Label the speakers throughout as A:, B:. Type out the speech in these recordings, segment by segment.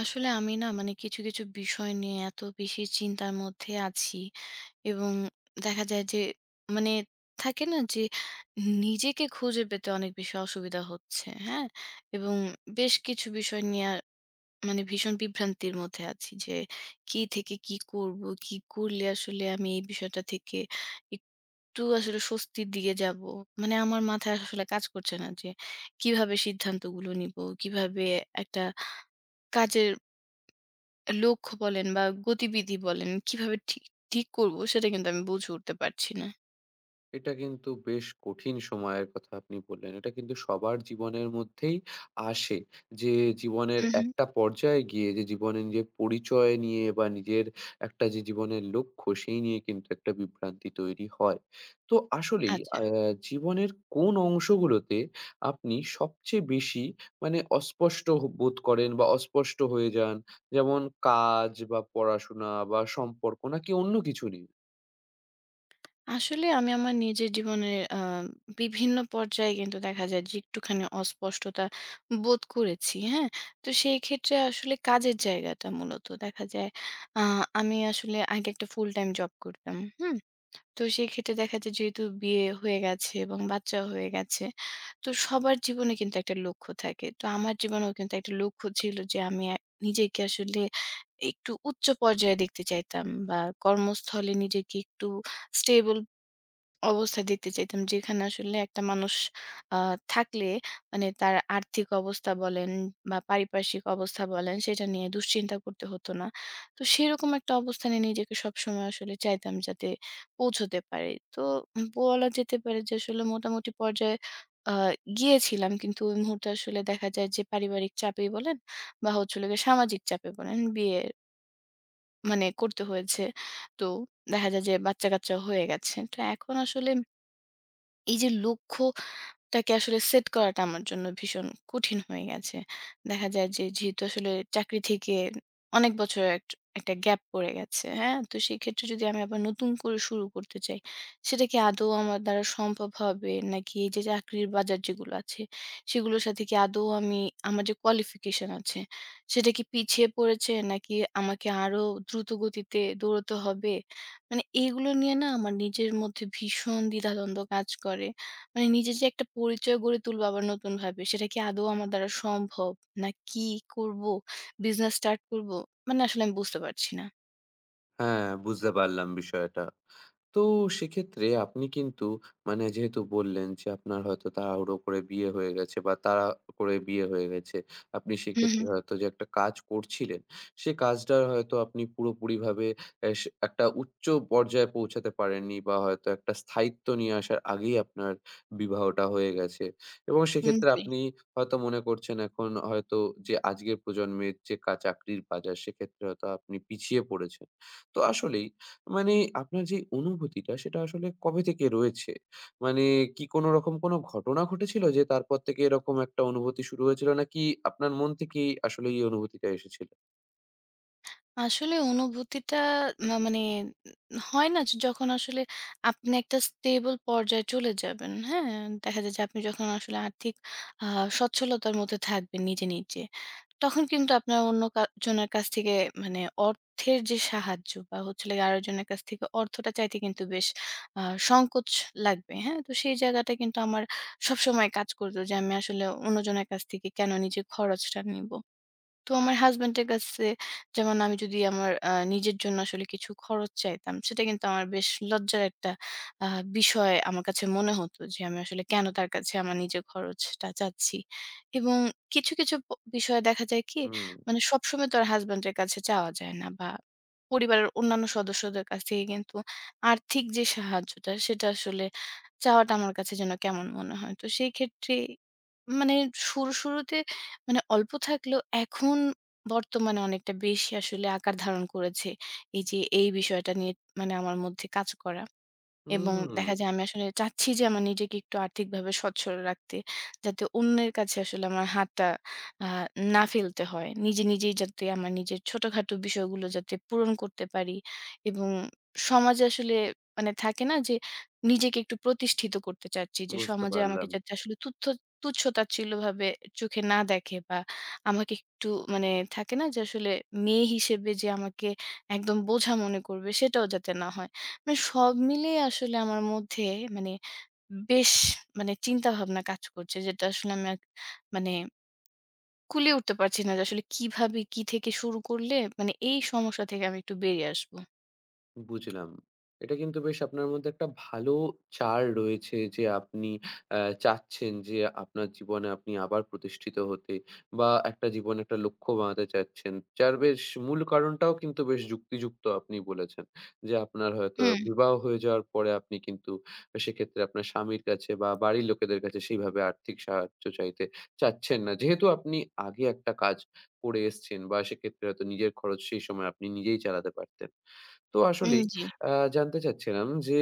A: আসলে আমি না মানে কিছু, কিছু বিষয় নিয়ে এত বেশি চিন্তার মধ্যে আছি এবং দেখা যায় যে মানে থাকে না যে নিজেকে খুঁজে পেতে অনেক বেশি অসুবিধা হচ্ছে। হ্যাঁ? এবং বেশ কিছু বিষয় নিয়ে ভীষণ বিভ্রান্তির মধ্যে আছি যে কি থেকে কি করব? কি করলে আসলে আমি এই বিষয়টা থেকে একটু আসলে স্বস্তির দিকে যাব? মানে আমার মাথায় আসলে কাজ করছে না যে কিভাবে সিদ্ধান্তগুলো নিব? কিভাবে একটা কাজের লক্ষ্য বলেন বা গতিবিধি বলেন কিভাবে ঠিক ঠিক করব সেটা কিন্তু আমি বুঝে উঠতে পারছি না।
B: এটা কিন্তু বেশ কঠিন সময়ের কথা আপনি বললেন। এটা কিন্তু সবার জীবনের মধ্যেই আসে। যে জীবনের
A: হুম, হুম।
B: একটা পর্যায়ে গিয়ে যে জীবনে নিজের পরিচয় নিয়ে বা নিজের একটা যে জীবনের লক্ষ্য সেই নিয়ে কিন্তু একটা বিভ্রান্তি তৈরি হয়। তো আসলেই
A: আচ্ছা।
B: জীবনের কোন অংশগুলোতে আপনি সবচেয়ে বেশি মানে অস্পষ্ট বোধ করেন বা অস্পষ্ট হয়ে যান? যেমন কাজ বা পড়াশোনা বা সম্পর্ক নাকি অন্য কিছু নিয়ে?
A: আসলে আমি আমার নিজের জীবনের বিভিন্ন পর্যায়ে কিন্তু দেখা যায় যে একটুখানি অস্পষ্টতা বোধ করেছি। হ্যাঁ? তো সেই ক্ষেত্রে আসলে কাজের জায়গাটা মূলত দেখা যায় আ আমি আসলে আগে একটা ফুল টাইম জব করতাম। হুম? তো সেক্ষেত্রে দেখা যায় যেহেতু বিয়ে হয়ে গেছে এবং বাচ্চা হয়ে গেছে, তো সবার জীবনে কিন্তু একটা লক্ষ্য থাকে। তো আমার জীবনেও কিন্তু একটা লক্ষ্য ছিল যে আমি নিজেকে আসলে একটু উচ্চ পর্যায়ে দেখতে চাইতাম বা কর্মস্থলে নিজেকে একটু স্টেবল অবস্থা দেখতে চাইতাম। যেখানে আসলে একটা মানুষ আ থাকলে মানে তার আর্থিক অবস্থা বলেন বা পারিপার্শ্বিক অবস্থা বলেন সেটা নিয়ে দুশ্চিন্তা করতে হতো না। তো সেরকম একটা অবস্থানে নিজেকে সবসময় আসলে চাইতাম যাতে পৌঁছতে পারি। তো বলা যেতে পারে যে আসলে মোটামুটি পর্যায়ে আ গিয়েছিলাম। কিন্তু ওই মুহূর্তে আসলে দেখা যায় যে পারিবারিক চাপেই বলেন বা হচ্ছে হলো গিয়ে সামাজিক চাপে বলেন বিয়ে করতে হয়েছে। তো দেখা যায় যে বাচ্চা-কাচ্চা হয়ে গেছে। তো এখন আসলে এই যে লক্ষ্যটাকে আসলে সেট করাটা আমার জন্য ভীষণ কঠিন হয়ে গেছে। দেখা যায় যে যেহেতু আসলে চাকরি থেকে অনেক বছর একটা গ্যাপ পড়ে গেছে, হ্যাঁ? তো সেক্ষেত্রে যদি আমি আবার নতুন করে শুরু করতে চাই, সেটা কি আদৌ আমার দ্বারা সম্ভব হবে? নাকি এই যে চাকরির বাজার যেগুলো আছে, সেগুলোর সাথে কি আদৌ আমি আমার যে কোয়ালিফিকেশন আছে, সেটা কি পিছিয়ে পড়েছে? নাকি আমাকে আরো দ্রুত গতিতে দৌড়তে হবে? মানে এগুলো নিয়ে না আমার নিজের মধ্যে ভীষণ দ্বিধাদ্বন্দ্ব কাজ করে। মানে নিজের যে একটা পরিচয় গড়ে তুলবো আবার নতুনভাবে, সেটা কি আদৌ আমার দ্বারা সম্ভব? না কি করব? বিজনেস স্টার্ট করব? মানে আসলে আমি বুঝতে পারছি না।
B: হ্যাঁ, বুঝতে পারলাম বিষয়টা। তো সেক্ষেত্রে আপনি কিন্তু মানে যেহেতু বললেন যে আপনার হয়তো তাড়াহুড়ো করে বিয়ে হয়ে গেছে বা তাড়া করে বিয়ে হয়ে গেছে। আপনি
A: হুম, হুম।
B: সেক্ষেত্রে হয়তো যে একটা কাজ করছিলেন, সে কাজটার হয়তো আপনি পুরোপুরিভাবে এস একটা উচ্চ পর্যায়ে পৌঁছাতে পারেননি বা হয়তো একটা স্থায়িত্ব নিয়ে আসার আগেই আপনার বিবাহটা হয়ে গেছে। এবং
A: হুম,
B: সেক্ষেত্রে
A: জি।
B: আপনি হয়তো মনে করছেন, এখন হয়তো যে আজকের প্রজন্মের যে চাকরির বাজার, সেক্ষেত্রে হয়তো আপনি পিছিয়ে পড়েছেন। তো আসলেই মানে আপনার যে অনুভূতিটা, সেটা আসলে কবে থেকে রয়েছে? মানে কি কোনো রকম কোনো ঘটনা ঘটেছিল যে তারপর থেকে এরকম একটা অনুভূতি শুরু হয়েছিল? নাকি আপনার মন থেকেই আসলে এই অনুভূতিটা এসেছিল?
A: আসলে অনুভূতিটা মানে হয় না যে যখন আসলে আপনি একটা স্টেবল পর্যায়ে চলে যাবেন, হ্যাঁ? দেখা যায় যে আপনি যখন আসলে আর্থিক আ সচ্ছলতার মধ্যে থাকবেন নিজে, নিজে। তখন কিন্তু আপনার অন্য জনের কাছ থেকে মানে অর্থের যে সাহায্য বা হচ্ছে হলো গিয়ে আরেকজনের কাছ থেকে অর্থটা চাইতে কিন্তু বেশ আ সংকোচ লাগবে। হ্যাঁ? তো সেই জায়গাটা কিন্তু আমার সবসময় কাজ করত যে আমি আসলে অন্যজনের কাছ থেকে কেন নিজের খরচটা নিব? তো আমার হাসব্যান্ডের কাছে যেমন আমি যদি আমার নিজের জন্য আসলে কিছু খরচ চাইতাম, সেটা কিন্তু আমার বেশ লজ্জার একটা আ বিষয় আমার কাছে মনে হতো যে, আমি আসলে কেন তার কাছে আমার নিজের খরচটা চাচ্ছি? এবং কিছু, কিছু বিষয়ে দেখা যায় কি?
B: হুম,
A: মানে সবসময় তো আর হাসব্যান্ডের কাছে চাওয়া যায় না বা পরিবারের অন্যান্য সদস্যদের কাছ থেকে কিন্তু আর্থিক যে সাহায্যটা, সেটা আসলে চাওয়াটা আমার কাছে যেন কেমন মনে হয়। তো সেই ক্ষেত্রে মানে শুরু, শুরুতে অল্প থাকলেও এখন বর্তমানে অনেকটা বেশি আসলে আকার ধারণ করেছে। এই যে এই বিষয়টা নিয়ে আমার মধ্যে কাজ করা। এবং
B: হুম,
A: দেখা যায় আমি আসলে চাচ্ছি যে আমার নিজেকে একটু আর্থিকভাবে সচ্ছল রাখতে। যাতে অন্যের কাছে আসলে আমার হাতটা আ না ফেলতে হয়। নিজে, নিজেই যাতে আমার নিজের ছোটখাটো বিষয়গুলো যাতে পূরণ করতে পারি এবং সমাজে আসলে থাকে না যে নিজেকে একটু প্রতিষ্ঠিত করতে চাচ্ছি যে
B: বুঝতে
A: সমাজে আমাকে
B: পারলাম।
A: যাতে আসলে তুচ্ছ-তাচ্ছিল্যভাবে চোখে না দেখে বা আমাকে একটু মানে থাকে না যে আসলে মেয়ে হিসেবে যে আমাকে একদম বোঝা মনে করবে সেটাও যাতে না হয়। মানে সব মিলিয়ে আসলে আমার মধ্যে মানে বেশ চিন্তাভাবনা কাজ করছে। যেটা আসলে আমি এক মানে কুলিয়ে উঠতে পারছি না যে আসলে কিভাবে কি থেকে শুরু করলে মানে এই সমস্যা থেকে আমি একটু বেরিয়ে আসবো।
B: বুঝলাম। এটা কিন্তু বেশ আপনার মধ্যে একটা ভালো চার রয়েছে, যে আপনি আ চাচ্ছেন যে আপনার জীবনে আপনি আবার প্রতিষ্ঠিত হতে বা একটা জীবনে একটা লক্ষ্য বানাতে চাচ্ছেন। যার বেশ মূল কারণটাও কিন্তু বেশ যুক্তিযুক্ত আপনি বলেছেন। যে আপনার হয়তো
A: হুম,
B: বিবাহ হয়ে যাওয়ার পরে আপনি কিন্তু সেক্ষেত্রে আপনার স্বামীর কাছে বা বাড়ির লোকেদের কাছে সেইভাবে আর্থিক সাহায্য চাইতে চাচ্ছেন না। যেহেতু আপনি আগে একটা কাজ করে এসছেন বা সেক্ষেত্রে হয়তো নিজের খরচ সেই সময় আপনি নিজেই চালাতে পারতেন। তো
A: হুম
B: আসলেই
A: জি।
B: আ জানতে চাচ্ছিলাম যে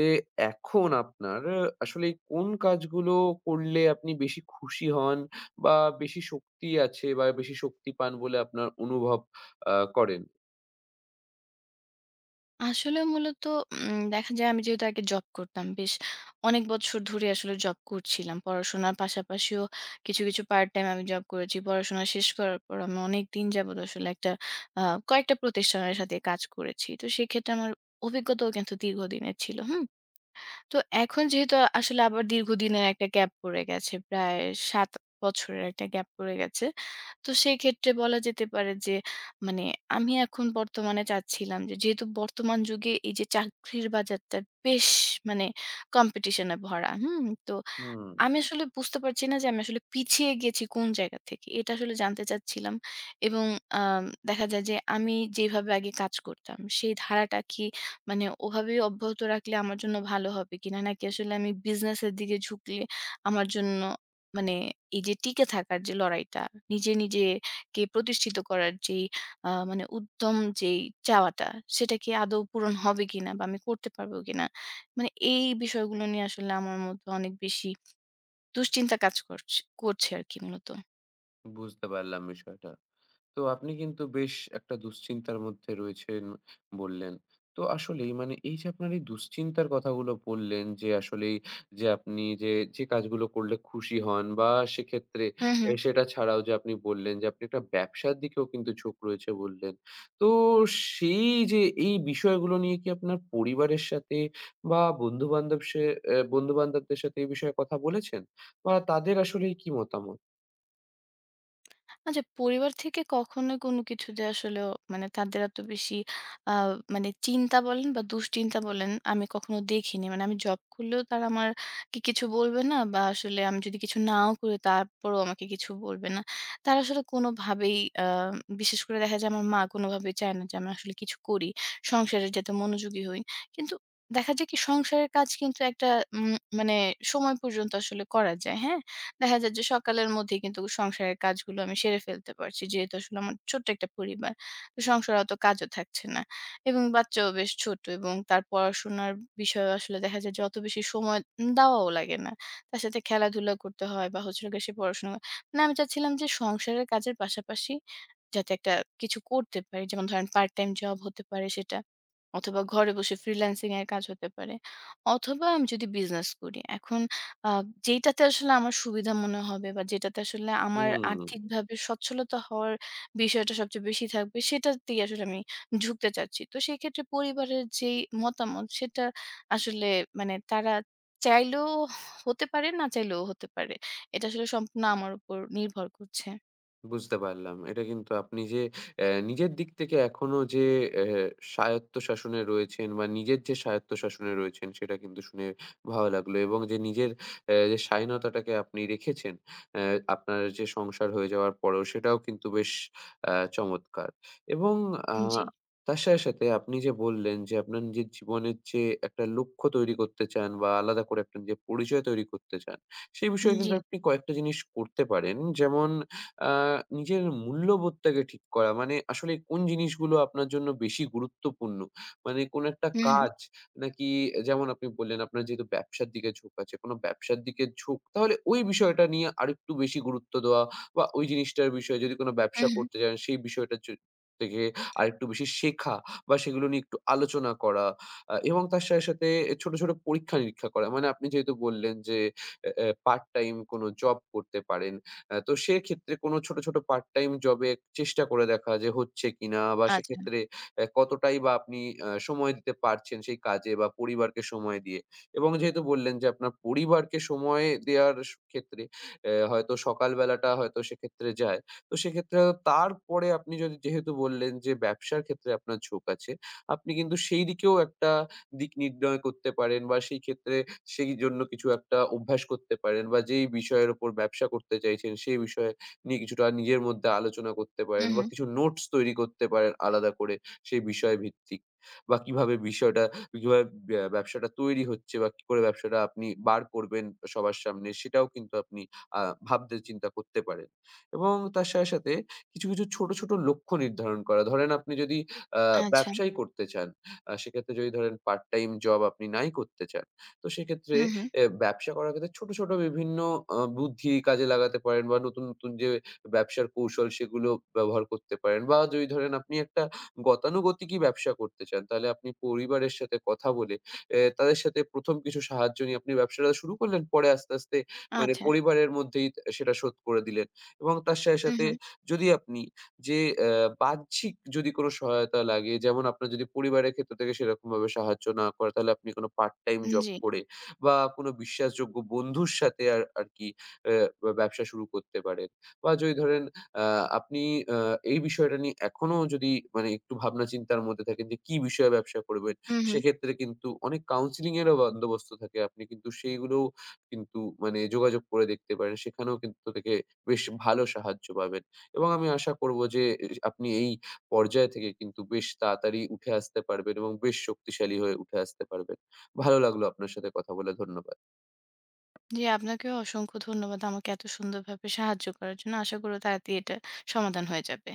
B: এখন আপনার আসলে কোন কাজগুলো করলে আপনি বেশি খুশি হন বা বেশি শক্তি আছে বা বেশি শক্তি পান বলে আপনার অনুভব করেন?
A: আসলে মূলত দেখা যায় আমি যেহেতু আগে জব করতাম, বেশ অনেক বছর ধরে আসলে জব করছিলাম। পড়াশোনার পাশাপাশিও কিছু, কিছু পার্ট টাইম আমি জব করেছি। পড়াশোনা শেষ করার পর আমি অনেকদিন যাবত আসলে একটা আ কয়েকটা প্রতিষ্ঠানের সাথে কাজ করেছি। তো সেক্ষেত্রে আমার অভিজ্ঞতাও কিন্তু দীর্ঘদিনের ছিল। হুম? তো এখন যেহেতু আসলে আবার দীর্ঘদিনের একটা গ্যাপ পড়ে গেছে, প্রায় ৭ বছরের একটা গ্যাপ পড়ে গেছে। তো সেই ক্ষেত্রে বলা যেতে পারে যে মানে আমি এখন বর্তমানে চাচ্ছিলাম যে যেহেতু বর্তমান যুগে এই যে চাকরির বাজারটা বেশ মানে কম্পিটিশন এ ভরা। হুম? তো
B: হুম,
A: আমি আসলে বুঝতে পারছি না যে আমি আসলে পিছিয়ে গেছি কোন জায়গা থেকে। এটা আসলে জানতে চাচ্ছিলাম। এবং আম দেখা যায় যে আমি যেভাবে আগে কাজ করতাম, সেই ধারাটা কি ওভাবেই অব্যাহত রাখলে আমার জন্য ভালো হবে কিনা? নাকি আসলে আমি বিজনেসের দিকে ঝুঁকলে আমার জন্য মানে এই যে টিকে থাকার যে লড়াইটা, নিজে নিজেকে প্রতিষ্ঠিত করার যেই আ মানে উদ্যম যেই চাওয়াটা, সেটা কি আদৌ পূরণ হবে কিনা বা আমি করতে পারবো কিনা? মানে এই বিষয়গুলো নিয়ে আসলে আমার মধ্যে অনেক বেশি দুশ্চিন্তা কাজ করছে করছে আরকি মূলত।
B: বুঝতে পারলাম বিষয়টা। তো আপনি কিন্তু বেশ একটা দুশ্চিন্তার মধ্যে রয়েছেন বললেন। তো আসলেই মানে এই যে আপনার এই দুশ্চিন্তার কথাগুলো বললেন, যে আসলেই যে আপনি যে কাজগুলো করলে খুশি হন বা সেক্ষেত্রে
A: হুম, হুম।
B: সেটা ছাড়াও যে আপনি বললেন যে আপনি একটা ব্যবসার দিকেও কিন্তু ঝোঁক রয়েছে বললেন। তো সেই যে এই বিষয়গুলো নিয়ে কি আপনার পরিবারের সাথে বা বন্ধু-বান্ধব সে অ্যা বন্ধু-বান্ধবদের সাথে এই বিষয়ে কথা বলেছেন? বা তাদের আসলেই কি মতামত?
A: আচ্ছা পরিবার থেকে কখনোই কোনো কিছুতে আসলেও মানে তাদের এত বেশি আ চিন্তা বলেন বা দুশ্চিন্তা বলেন আমি কখনো দেখিনি। মানে আমি জব করলেও তারা আমাকে কিছু বলবে না বা আসলে আমি যদি কিছু নাও করি তারপরেও আমাকে কিছু বলবে না। তারা আসলে কোনোভাবেই আ বিশেষ করে দেখা যায় আমার মা কোনোভাবেই চায় না যে আমি আসলে কিছু করি। সংসারে যাতে মনোযোগী হই। কিন্তু দেখা যায় কি সংসারের কাজ কিন্তু একটা উম মানে সময় পর্যন্ত আসলে করা যায়, হ্যাঁ? দেখা যায় যে সকালের মধ্যেই কিন্তু সংসারের কাজগুলো আমি সেরে ফেলতে পারছি। যেহেতু আসলে আমার ছোট্ট একটা পরিবার। তো সংসারে অত কাজও থাকছে না। এবং বাচ্চাও বেশ ছোট এবং তার পড়াশোনার বিষয়ে আসলে দেখা যায় যে অত বেশি সময় দেওয়াও লাগে না। তার সাথে খেলাধুলা করতে হয় বা হচ্ছে হলো গিয়ে সে পড়াশোনা করে। মানে আমি চাচ্ছিলাম যে সংসারের কাজের পাশাপাশি যাতে একটা কিছু করতে পারি। যেমন ধরেন পার্ট টাইম জব হতে পারে সেটা। অথবা ঘরে বসে ফ্রিল্যান্সিং এর কাজ হতে পারে। অথবা আমি যদি বিজনেস করি। এখন আ যেইটাতে আসলে আমার সুবিধা মনে হবে বা যেটাতে আসলে আমার
B: হুম।
A: আর্থিকভাবে সচ্ছলতা হওয়ার বিষয়টা সবচেয়ে বেশি থাকবে, সেটাতেই আসলে আমি ঝুঁকতে চাচ্ছি। তো সেক্ষেত্রে পরিবারের যেই মতামত, সেটা আসলে তারা চাইলেও হতে পারে, না চাইলেও হতে পারে। এটা আসলে সম্পূর্ণ আমার উপর নির্ভর করছে।
B: বুঝতে পারলাম। এটা কিন্তু আপনি যে নিজের দিক থেকে এখনো যে অ্যা স্বায়ত্তশাসনে রয়েছেন বা নিজের যে স্বায়ত্তশাসনে রয়েছেন, সেটা কিন্তু শুনে ভালো লাগলো এবং যে নিজের যে স্বাধীনতাটাকে আপনি রেখেছেন, অ্যা আপনার যে সংসার হয়ে যাওয়ার পরেও, সেটাও কিন্তু বেশ চমৎকার। এবং আ
A: জি,
B: তার সাথে, সাথে আপনি যে বললেন যে আপনার নিজের জীবনের যে একটা লক্ষ্য তৈরি করতে চান বা আলাদা করে একটা নিজের পরিচয় তৈরি করতে চান, সেই বিষয়ে
A: জি।
B: কিন্তু আপনি কয়েকটা জিনিস করতে পারেন। যেমন আ নিজের মূল্যবোধটাকে ঠিক করা। মানে আসলে কোন জিনিসগুলো আপনার জন্য বেশি গুরুত্বপূর্ণ? মানে কোন একটা
A: হুম, হুম,
B: কাজ, নাকি যেমন আপনি বললেন আপনার যেহেতু ব্যবসার দিকে ঝোঁক আছে, কোন ব্যবসার দিকে ঝোঁক, তাহলে ওই বিষয়টা নিয়ে আরেকটু বেশি গুরুত্ব দেওয়া বা ওই জিনিসটার বিষয়ে যদি কোন ব্যবসা
A: হুম, হুম।
B: করতে চান সেই বিষয়টার থেকে আরেকটু বেশি শেখা বা সেগুলো নিয়ে একটু আলোচনা করা, এবং তার সাথে, সাথে ছোট, ছোট পরীক্ষা-নিরীক্ষা করা। মানে আপনি যেহেতু বললেন যে এ এ পার্ট টাইম কোন জব করতে পারেন। তো সেক্ষেত্রে কোনো ছোট, ছোট পার্ট টাইম জবে চেষ্টা করে দেখা যে হচ্ছে কিনা, বা
A: আচ্ছা।
B: সেক্ষেত্রে কতটাই বা আপনি সময় দিতে পারছেন সেই কাজে বা পরিবারকে সময় দিয়ে। এবং যেহেতু বললেন যে আপনার পরিবারকে সময় দেওয়ার ক্ষেত্রে হয়তো সকাল বেলাটা হয়তো সেক্ষেত্রে যায়। তো সেক্ষেত্রে তারপরে আপনি যদি, যেহেতু বললেন যে ব্যবসার ক্ষেত্রে আপনার ঝোঁক আছে, আপনি কিন্তু সেই দিকেও একটা দিক নির্ণয় করতে পারেন বা সেই ক্ষেত্রে সেই জন্য কিছু একটা অভ্যাস করতে পারেন বা যেই বিষয়ের উপর ব্যবসা করতে চাইছেন সেই বিষয়ে নিয়ে কিছুটা নিজের মধ্যে আলোচনা করতে পারেন
A: হুম,
B: বা
A: হুম।
B: কিছু নোটস তৈরি করতে পারেন আলাদা করে সেই বিষয় ভিত্তিক, বা কিভাবে বিষয়টা, কিভাবে ব্যবসাটা তৈরি হচ্ছে বা কি করে ব্যবসাটা আপনি বার করবেন সবার সামনে, সেটাও কিন্তু আপনি আ ভাবতে চিন্তা করতে পারেন। এবং তার সাথে, সাথে কিছু, কিছু ছোট, ছোট লক্ষ্য নির্ধারণ করা। ধরেন আপনি যদি আ
A: আচ্ছা।
B: ব্যবসাই করতে চান, সেক্ষেত্রে যদি ধরেন পার্ট টাইম জব আপনি নাই করতে চান, তো সেক্ষেত্রে
A: হুম, হুম।
B: ব্যবসা করার ক্ষেত্রে ছোট, ছোট বিভিন্ন বুদ্ধি কাজে লাগাতে পারেন বা নতুন, নতুন যে ব্যবসার কৌশল সেগুলো ব্যবহার করতে পারেন। বা যদি ধরেন আপনি একটা গতানুগতিকই ব্যবসা করতে চান, তাহলে আপনি পরিবারের সাথে কথা বলে তাদের সাথে ১ম কিছু সাহায্য নিয়ে আপনি ব্যবসাটা শুরু করলেন। পরে আস্তে, আস্তে মানে
A: আচ্ছা।
B: পরিবারের মধ্যেই সেটা শোধ করে দিলেন। এবং তার সাথে,
A: হুম,
B: সাথে
A: হুম।
B: যদি আপনি যে বাহ্যিক যদি কোনো সহায়তা লাগে, যেমন আপনার যদি পরিবারের ক্ষেত্র থেকে সেরকমভাবে সাহায্য না করে, তাহলে আপনি কোনো পার্ট টাইম জব
A: জি।
B: করে বা কোনো বিশ্বাসযোগ্য বন্ধুর সাথে আরকি আ ব্যবসা শুরু করতে পারেন। বা যদি ধরেন আ আপনি আ এই বিষয়টা নিয়ে এখনো যদি মানে একটু ভাবনা চিন্তার মধ্যে থাকেন যে কি বিষয়ে ব্যবসা করবেন,
A: হুম, হুম।
B: সেক্ষেত্রে কিন্তু অনেক কাউন্সেলিং এরও বন্দোবস্ত থাকে। আপনি কিন্তু সেইগুলোও কিন্তু মানে যোগাযোগ করে দেখতে পারেন। সেখানেও কিন্তু থেকে বেশ ভালো সাহায্য পাবেন। এবং আমি আশা করবো যে আপনি এই পর্যায় থেকে কিন্তু বেশ তাড়াতাড়ি উঠে আসতে পারবেন এবং বেশ শক্তিশালী হয়ে উঠে আসতে পারবেন। ভালো লাগলো আপনার সাথে কথা বলে। ধন্যবাদ।
A: জি, আপনাকেও অসংখ্য ধন্যবাদ আমাকে এত সুন্দরভাবে সাহায্য করার জন্য। আশা করি তাড়াতাড়ি এটা সমাধান হয়ে যাবে।